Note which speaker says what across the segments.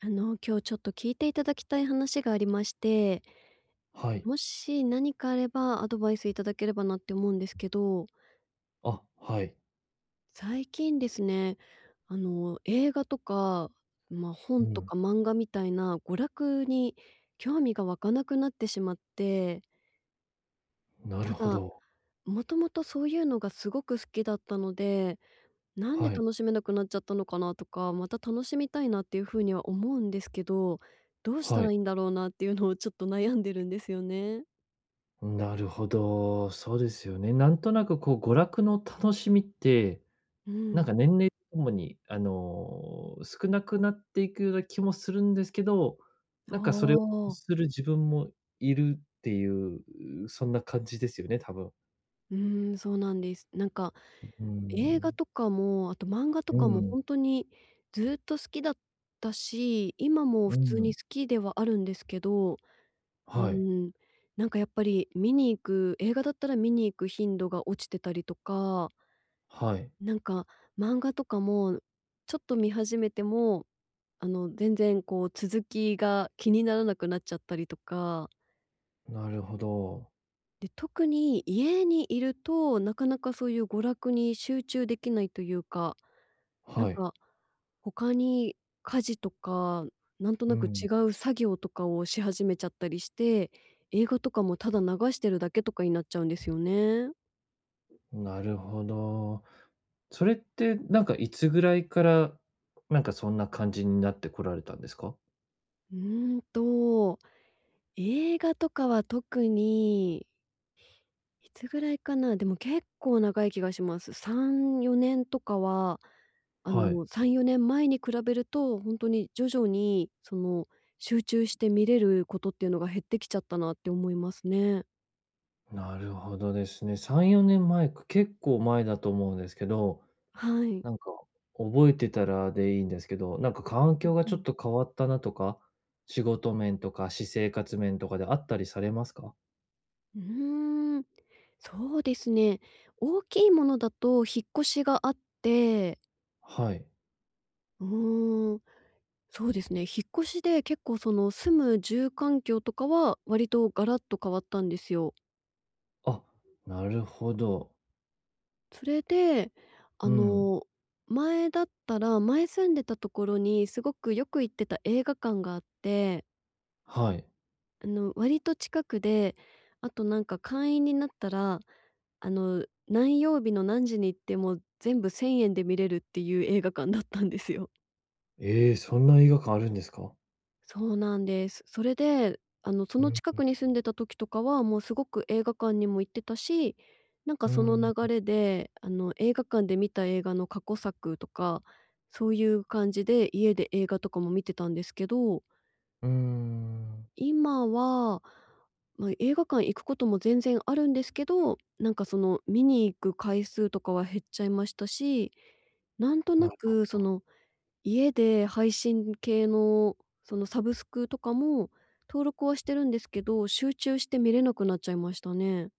Speaker 1: 今日ちょっと聞いていただきたい話がありまして、
Speaker 2: はい。
Speaker 1: もし何かあればアドバイスいただければなって思うんですけど、
Speaker 2: あ、はい。
Speaker 1: 最近ですね、映画とか、まあ、
Speaker 2: う
Speaker 1: 本と
Speaker 2: ん。
Speaker 1: か漫画みたいな娯楽に興味が湧かなくなってしまって。
Speaker 2: な
Speaker 1: た
Speaker 2: るほ
Speaker 1: だ、
Speaker 2: ど。
Speaker 1: もともとそういうのがすごく好きだったので、なんで
Speaker 2: はい。
Speaker 1: 楽しめなくなっちゃったのかなとか、また楽しみたいなっていうふうには思うんですけど、どうした
Speaker 2: は
Speaker 1: ら
Speaker 2: い。
Speaker 1: いいんだろうなっていうのをちょっと悩んでるんですよね。
Speaker 2: なるほど。そうですよね。なんとなくこう娯楽の楽しみって、
Speaker 1: う
Speaker 2: なん
Speaker 1: ん。
Speaker 2: か年齢とともに、少なくなっていくような気もするんですけど、
Speaker 1: あ
Speaker 2: なんかそれを
Speaker 1: あ。
Speaker 2: する自分もいるっていう、そんな感じですよね、多分。
Speaker 1: うそうなんです。なんか、
Speaker 2: う
Speaker 1: 映画
Speaker 2: ん。
Speaker 1: とかも、あと漫画と
Speaker 2: う
Speaker 1: かも
Speaker 2: ん。
Speaker 1: ほんとにずっと好きだったし、今も
Speaker 2: う
Speaker 1: 普通に
Speaker 2: ん。
Speaker 1: 好きではあるんですけど、う
Speaker 2: はい。
Speaker 1: ーん、なんかやっぱり見に行く映画だったら見に行く頻度が落ちてたりとか、
Speaker 2: はい。
Speaker 1: なんか漫画とかも、ちょっと見始めても、全然こう続きが気にならなくなっちゃったりとか
Speaker 2: なるほど。
Speaker 1: で、特に家にいると、なかなかそういう娯楽に集中できないというか、なん
Speaker 2: はい。
Speaker 1: か、他に家事とか、なんと
Speaker 2: う
Speaker 1: なく
Speaker 2: ん。
Speaker 1: 違う作業とかをし始めちゃったりして、映画とかもただ流してるだけとかになっちゃうんですよね。
Speaker 2: なるほど。それって、なんかいつぐらいから、なんかそんな感じになってこられたんですか？
Speaker 1: うーんと、映画とかは特にいつぐらいかな、でも結構長い気がします。3、4年とかは、
Speaker 2: はい。
Speaker 1: 3、4年前に比べると、本当に徐々に、その、集中して見れることっていうのが減ってきちゃったなって思いますね。
Speaker 2: なるほどですね。3、4年前か、結構前だと思うんですけど、
Speaker 1: はい。
Speaker 2: なんか覚えてたらでいいんですけど、なんか環境がちょっと変わったなとか、仕事面とか私生活面とかであったりされますか？
Speaker 1: うーん、そうですね。大きいものだと引っ越しがあって、
Speaker 2: はい。
Speaker 1: うーん、そうですね、引っ越しで結構その、住む住環境とかは割とガラッと変わったんですよ。
Speaker 2: あ、なるほど。
Speaker 1: それで、あ
Speaker 2: うん。
Speaker 1: の、前だったら前住んでたところにすごくよく行ってた映画館があって、
Speaker 2: はい。
Speaker 1: 割と近くで、あとなんか会員になったら、何曜日の何時に行っても全部1000円で見れるっていう映画館だったんですよ。
Speaker 2: ええ、そんな映画館あるんですか？
Speaker 1: そうなんです。それで、そ
Speaker 2: う
Speaker 1: の
Speaker 2: ん、
Speaker 1: 近くに住んでた時とかは、もうすごく映画館にも行ってたし、なんか
Speaker 2: う
Speaker 1: その
Speaker 2: ん。うー
Speaker 1: 流
Speaker 2: ん。
Speaker 1: れで、映画館で見た映画の過去作とか、そういう感じで家で映画とかも見てたんですけど、
Speaker 2: うん。
Speaker 1: 今は、まあ、映画館行くことも全然あるんですけど、なんかその見に行く回数とかは減っちゃいましたし、なんとな
Speaker 2: な
Speaker 1: くその家で配信系のそのサブスクとかも登録はしてるんですけど、集中して見れなくなっちゃいましたね。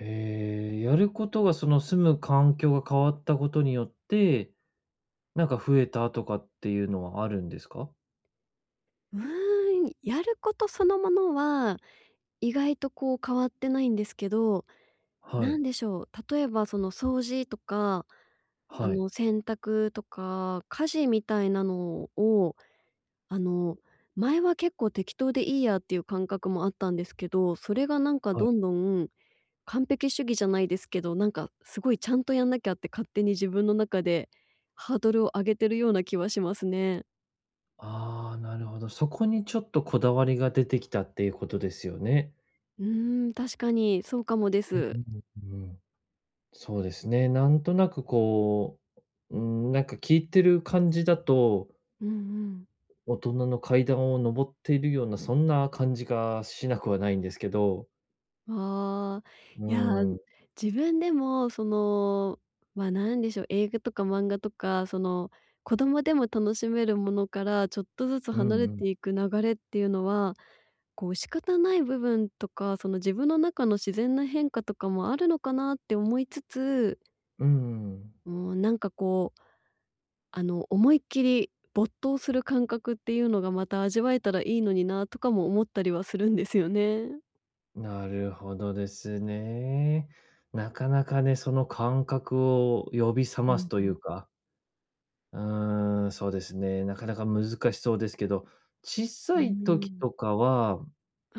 Speaker 2: へえ、やることがその住む環境が変わったことによって、なんか増えたとかっていうのはあるんですか？
Speaker 1: やることそのものは意外とこう変わってないんですけど、
Speaker 2: は
Speaker 1: なん
Speaker 2: い。
Speaker 1: でしょう、例えばその掃除とか、あ
Speaker 2: はい。
Speaker 1: の洗濯とか家事みたいなのを、あの、前は結構適当でいいやっていう感覚もあったんですけど、それがなんか
Speaker 2: はい。
Speaker 1: どんどん完璧主義じゃないですけど、なんかすごいちゃんとやんなきゃって勝手に自分の中でハードルを上げてるような気はしますね。
Speaker 2: ああ、なるほど。そこにちょっとこだわりが出てきたっていうことですよね。
Speaker 1: 確かにそうかもで
Speaker 2: うん
Speaker 1: す。
Speaker 2: うんうんうん。そうですね。なんとなくこう、うん、なんか聞いてる感じだと、
Speaker 1: うんうん。
Speaker 2: 大人の階段を登っているようなそんな感じがしなくはないんですけど。
Speaker 1: ああ、
Speaker 2: う
Speaker 1: いや、
Speaker 2: ん。
Speaker 1: 自分でもその、ま、なんでしょう、映画とか漫画とか、その、子供でも楽しめるものからちょっとずつ
Speaker 2: う
Speaker 1: 離
Speaker 2: ん
Speaker 1: れ
Speaker 2: うん。
Speaker 1: ていく流れっていうのは、こう仕方ない部分とか、その自分の中の自然な変化とかもあるのかなって思いつつ、
Speaker 2: うん。
Speaker 1: もうなんかこう、思いっきり没頭する感覚っていうのがまた味わえたらいいのになとかも思ったりはするんですよね。
Speaker 2: なるほどですね。なかなかね、その感覚を呼び覚
Speaker 1: う
Speaker 2: ます
Speaker 1: んう
Speaker 2: とい
Speaker 1: ん。
Speaker 2: うか、うーん、そうですね、なかなか難しそうですけど、小
Speaker 1: う
Speaker 2: さ
Speaker 1: ー
Speaker 2: い時
Speaker 1: ん。
Speaker 2: とかは、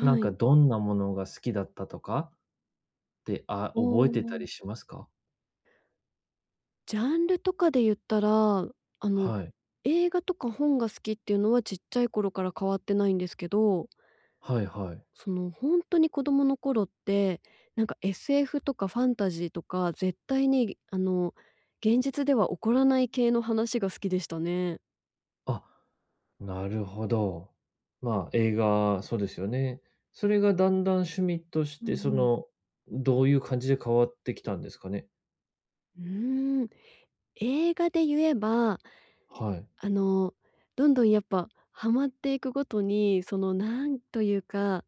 Speaker 2: なんか
Speaker 1: い。
Speaker 2: どんなものが好きだったとかって、あ、
Speaker 1: お
Speaker 2: 覚えてた
Speaker 1: ー
Speaker 2: りしますか？
Speaker 1: ジャンルとかで言ったら、あの、
Speaker 2: はい。
Speaker 1: 映画とか本が好きっていうのはちっちゃい頃から変わってないんですけど、
Speaker 2: はいはい。
Speaker 1: その、本当に子供の頃って、なんか SF とかファンタジーとか、絶対に、現実では起こらない系の話が好きでしたね。
Speaker 2: あ、なるほど。まあ、映画、そうですよね。それがだんだん趣味とし
Speaker 1: うんう
Speaker 2: て、そ
Speaker 1: ん。
Speaker 2: の、どういう感じで変わってきたんですかね？
Speaker 1: うーん。映画で言えば、
Speaker 2: はい。
Speaker 1: あの、どんどんやっぱハマっていくごとに、その、なんというか、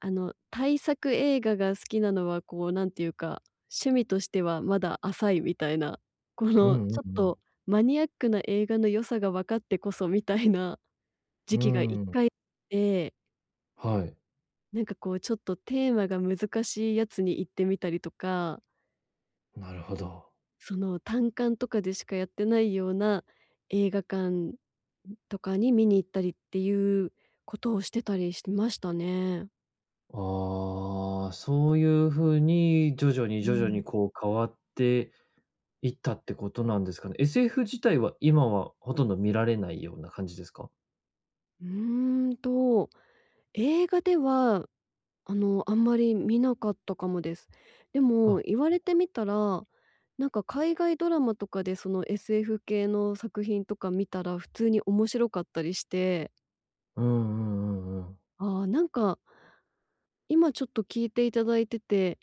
Speaker 1: 大作映画が好きなのは、こう、なんていうか、趣味としてはまだ浅いみたいな、こ
Speaker 2: う
Speaker 1: の、
Speaker 2: んう
Speaker 1: ちょっ
Speaker 2: んうん。
Speaker 1: とマニアックな映画の良さが分かってこそみたいな 時
Speaker 2: う
Speaker 1: 期が一
Speaker 2: ん。
Speaker 1: 回あって、
Speaker 2: はい、
Speaker 1: なんかこうちょっとテーマが難しいやつに行ってみたりとか、
Speaker 2: なるほど。
Speaker 1: その単館とかでしかやってないような映画館とかに見に行ったりっていうことをしてたりしましたね。
Speaker 2: ああ、そういう風に徐々に
Speaker 1: う
Speaker 2: 徐々
Speaker 1: ん。
Speaker 2: にこう変わっていったってことなんですかね。SF 自体は今はほとんど見られないような感じですか？
Speaker 1: うーんと、映画では、あんまり見なかったかもです。でも
Speaker 2: あ。
Speaker 1: 言われてみたら、なんか海外ドラマとかでその SF 系の作品とか見たら普通に面白かったりして、
Speaker 2: うんうんうんうん。
Speaker 1: ああ、なんか今ちょっと聞いていただいてて、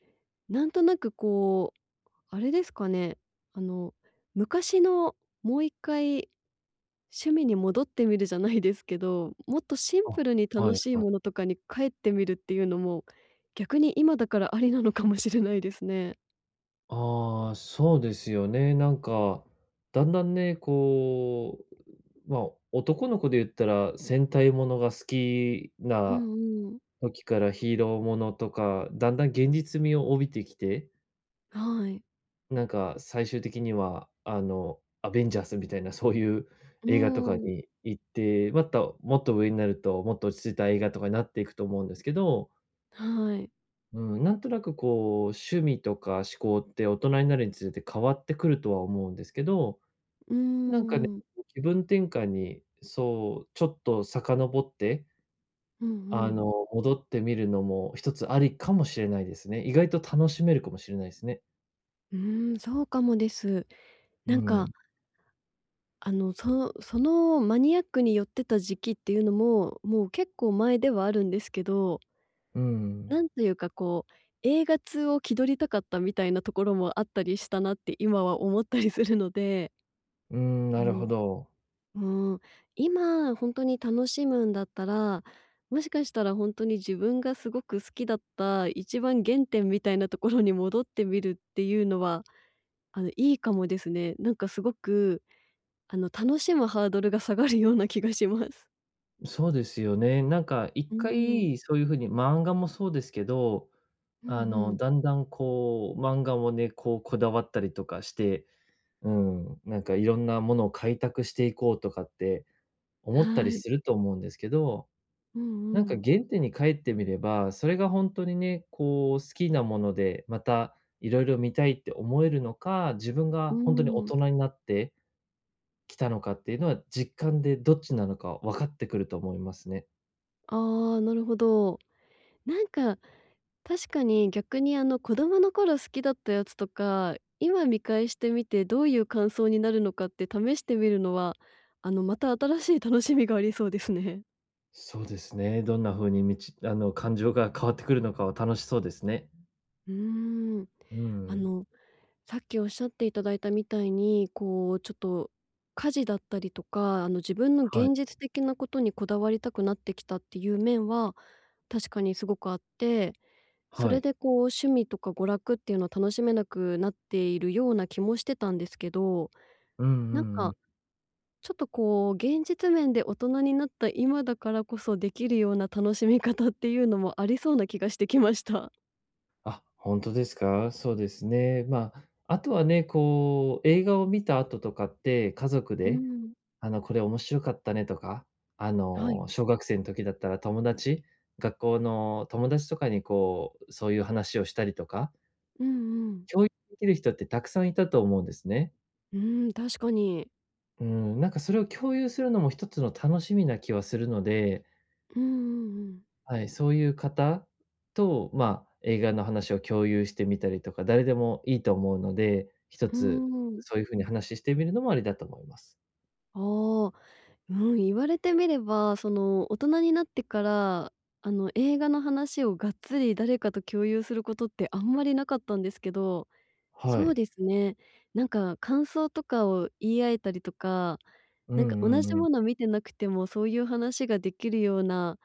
Speaker 1: なんとなくこう、あれですかね、あの、昔のもう一回趣味に戻ってみるじゃないですけど、もっとシン
Speaker 2: あ、
Speaker 1: プルに
Speaker 2: は
Speaker 1: 楽
Speaker 2: い
Speaker 1: しい
Speaker 2: はい。
Speaker 1: ものとかに帰ってみるっていうのも、逆に今だからありなのかもしれないですね。
Speaker 2: ああ、そうですよね。なんか、だんだんね、こう、まあ、男の子で言ったら戦隊ものが好き
Speaker 1: う
Speaker 2: な
Speaker 1: んうん。
Speaker 2: 時からヒーローものとか、だんだん現実味を帯びてきて
Speaker 1: はい。
Speaker 2: なんか、最終的には、アベンジャーズみたいなそういう
Speaker 1: うー
Speaker 2: 映画とか
Speaker 1: ん。
Speaker 2: に行って、またもっと上になると、もっと落ち着いた映画とかになっていくと思うんですけど、
Speaker 1: はい。
Speaker 2: うん、なんとなくこう、趣味とか思考って大人になるにつれて変わってくるとは思うんですけど、
Speaker 1: うー
Speaker 2: なんかね、
Speaker 1: ん。
Speaker 2: 気分転換に、そう、ちょっと遡って、
Speaker 1: うんうん。
Speaker 2: 戻ってみるのも一つありかもしれないですね。意外と楽しめるかもしれないですね。
Speaker 1: そうかもです。
Speaker 2: う
Speaker 1: なんか
Speaker 2: ん、
Speaker 1: あの、そのマニアックに寄ってた時期っていうのも、もう結構前ではあるんですけど、
Speaker 2: うん、
Speaker 1: なんというかこう、映画通を気取りたかったみたいなところもあったりしたなって今は思ったりするので、
Speaker 2: うん、
Speaker 1: あ
Speaker 2: なるほ
Speaker 1: の、
Speaker 2: ど。
Speaker 1: うん、今本当に楽しむんだったら、もしかしたら本当に自分がすごく好きだった一番原点みたいなところに戻ってみるっていうのは、いいかもですね。なんかすごく、楽しむハードルが下がるような気がします。
Speaker 2: そうですよね。なんか一
Speaker 1: うーん。
Speaker 2: 回そういう風に漫画もそうですけど、
Speaker 1: うんうん。
Speaker 2: だんだんこう漫画もね、こうこだわったりとかして、うん、なんかいろんなものを開拓していこうとかって思った
Speaker 1: は
Speaker 2: り
Speaker 1: い。
Speaker 2: すると思うんですけど、
Speaker 1: う
Speaker 2: なんか
Speaker 1: んうん。
Speaker 2: 原点に帰ってみれば、それが本当にね、こう好きなもので、またいろいろ見たいって思えるのか、自分
Speaker 1: う
Speaker 2: が
Speaker 1: ー
Speaker 2: 本当に大
Speaker 1: ん。
Speaker 2: 人になってきたのかっていうのは、実感でどっちなのか分かってくると思いますね。
Speaker 1: ああ、なるほど。なんか、確かに逆にあの子供の頃好きだったやつとか、今見返してみてどういう感想になるのかって試してみるのは、あのまた新しい楽しみがありそうですね。
Speaker 2: そうですね。どんな風にあの、感情が変わってくるのかは楽しそうですね。
Speaker 1: うーん。
Speaker 2: う
Speaker 1: あ
Speaker 2: ん。
Speaker 1: のさっきおっしゃっていただいたみたいに、こう、ちょっと家事だったりとか、自分の
Speaker 2: はい、
Speaker 1: 現実的なことにこだわりたくなってきたっていう面は、確かにすごくあって、そ
Speaker 2: は
Speaker 1: れ
Speaker 2: い。
Speaker 1: でこう趣味とか娯楽っていうのを楽しめなくなっているような気もしてたんですけど、
Speaker 2: うんうん
Speaker 1: なん
Speaker 2: う
Speaker 1: か、
Speaker 2: ん。
Speaker 1: ちょっとこう、現実面で大人になった今だからこそできるような楽しみ方っていうのもありそうな気がしてきました。
Speaker 2: あ、本当ですか？そうですね。まあ、あとはね、こう、映画を見た後とかって、家族
Speaker 1: う
Speaker 2: で、
Speaker 1: ん。
Speaker 2: あの、これ面白かったねとか、あ
Speaker 1: はい。
Speaker 2: の、小学生の時だったら友達学校の友達とかにこう、そういう話をしたりとか、
Speaker 1: うんうん。
Speaker 2: 共有できる人ってたくさんいたと思うんですね。
Speaker 1: うん、確かに。
Speaker 2: うん、なんかそれを共有するのも一つの楽しみな気はするので、
Speaker 1: うんうんうん。
Speaker 2: はい、そういう方と、まあ、映画の話を共有してみたりとか、誰でもいいと思うので、一つそういう風に話してみるのもありだと思います。
Speaker 1: ああ、うん、言われてみれば、その、大人になってから、映画の話をがっつり誰かと共有することってあんまりなかったんですけど、
Speaker 2: は
Speaker 1: そう
Speaker 2: い。
Speaker 1: ですね、なんか感想とかを言い合えたりとか、
Speaker 2: う
Speaker 1: なんか
Speaker 2: ん
Speaker 1: 同
Speaker 2: うん
Speaker 1: じ
Speaker 2: うん。
Speaker 1: もの見てなくても、そういう話ができるような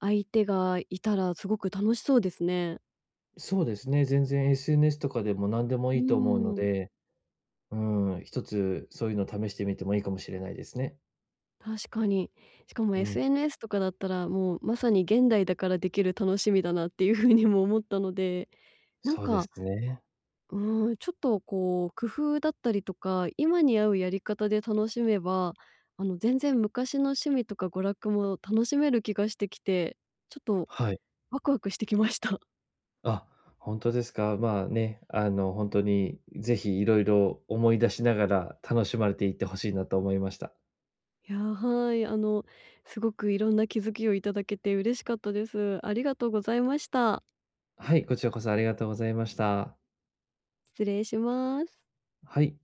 Speaker 1: 相手がいたらすごく楽しそうですね。
Speaker 2: そうですね、全然 SNS とかでも何でも
Speaker 1: う
Speaker 2: いいと思うの
Speaker 1: ーん。
Speaker 2: で、うん、一つそういうの試してみてもいいかもしれないですね。
Speaker 1: 確かに。しかも
Speaker 2: うん、
Speaker 1: SNS とかだったら、もうまさに現代だからできる楽しみだなっていう風にも思ったので、なん
Speaker 2: そうで
Speaker 1: か、
Speaker 2: すね。
Speaker 1: うーん、ちょっとこう工夫だったりとか、今に合うやり方で楽しめば、全然昔の趣味とか娯楽も楽しめる気がしてきて、ちょっと
Speaker 2: はい。
Speaker 1: ワクワクしてきました。
Speaker 2: あ、本当ですか。まあね、あの、本当にぜひいろいろ思い出しながら楽しまれていってほしいなと思いました。
Speaker 1: いや、はい、すごくいろんな気づきをいただけて嬉しかったです。ありがとうございました。
Speaker 2: はい、こちらこそありがとうございました。
Speaker 1: 失礼します。
Speaker 2: はい。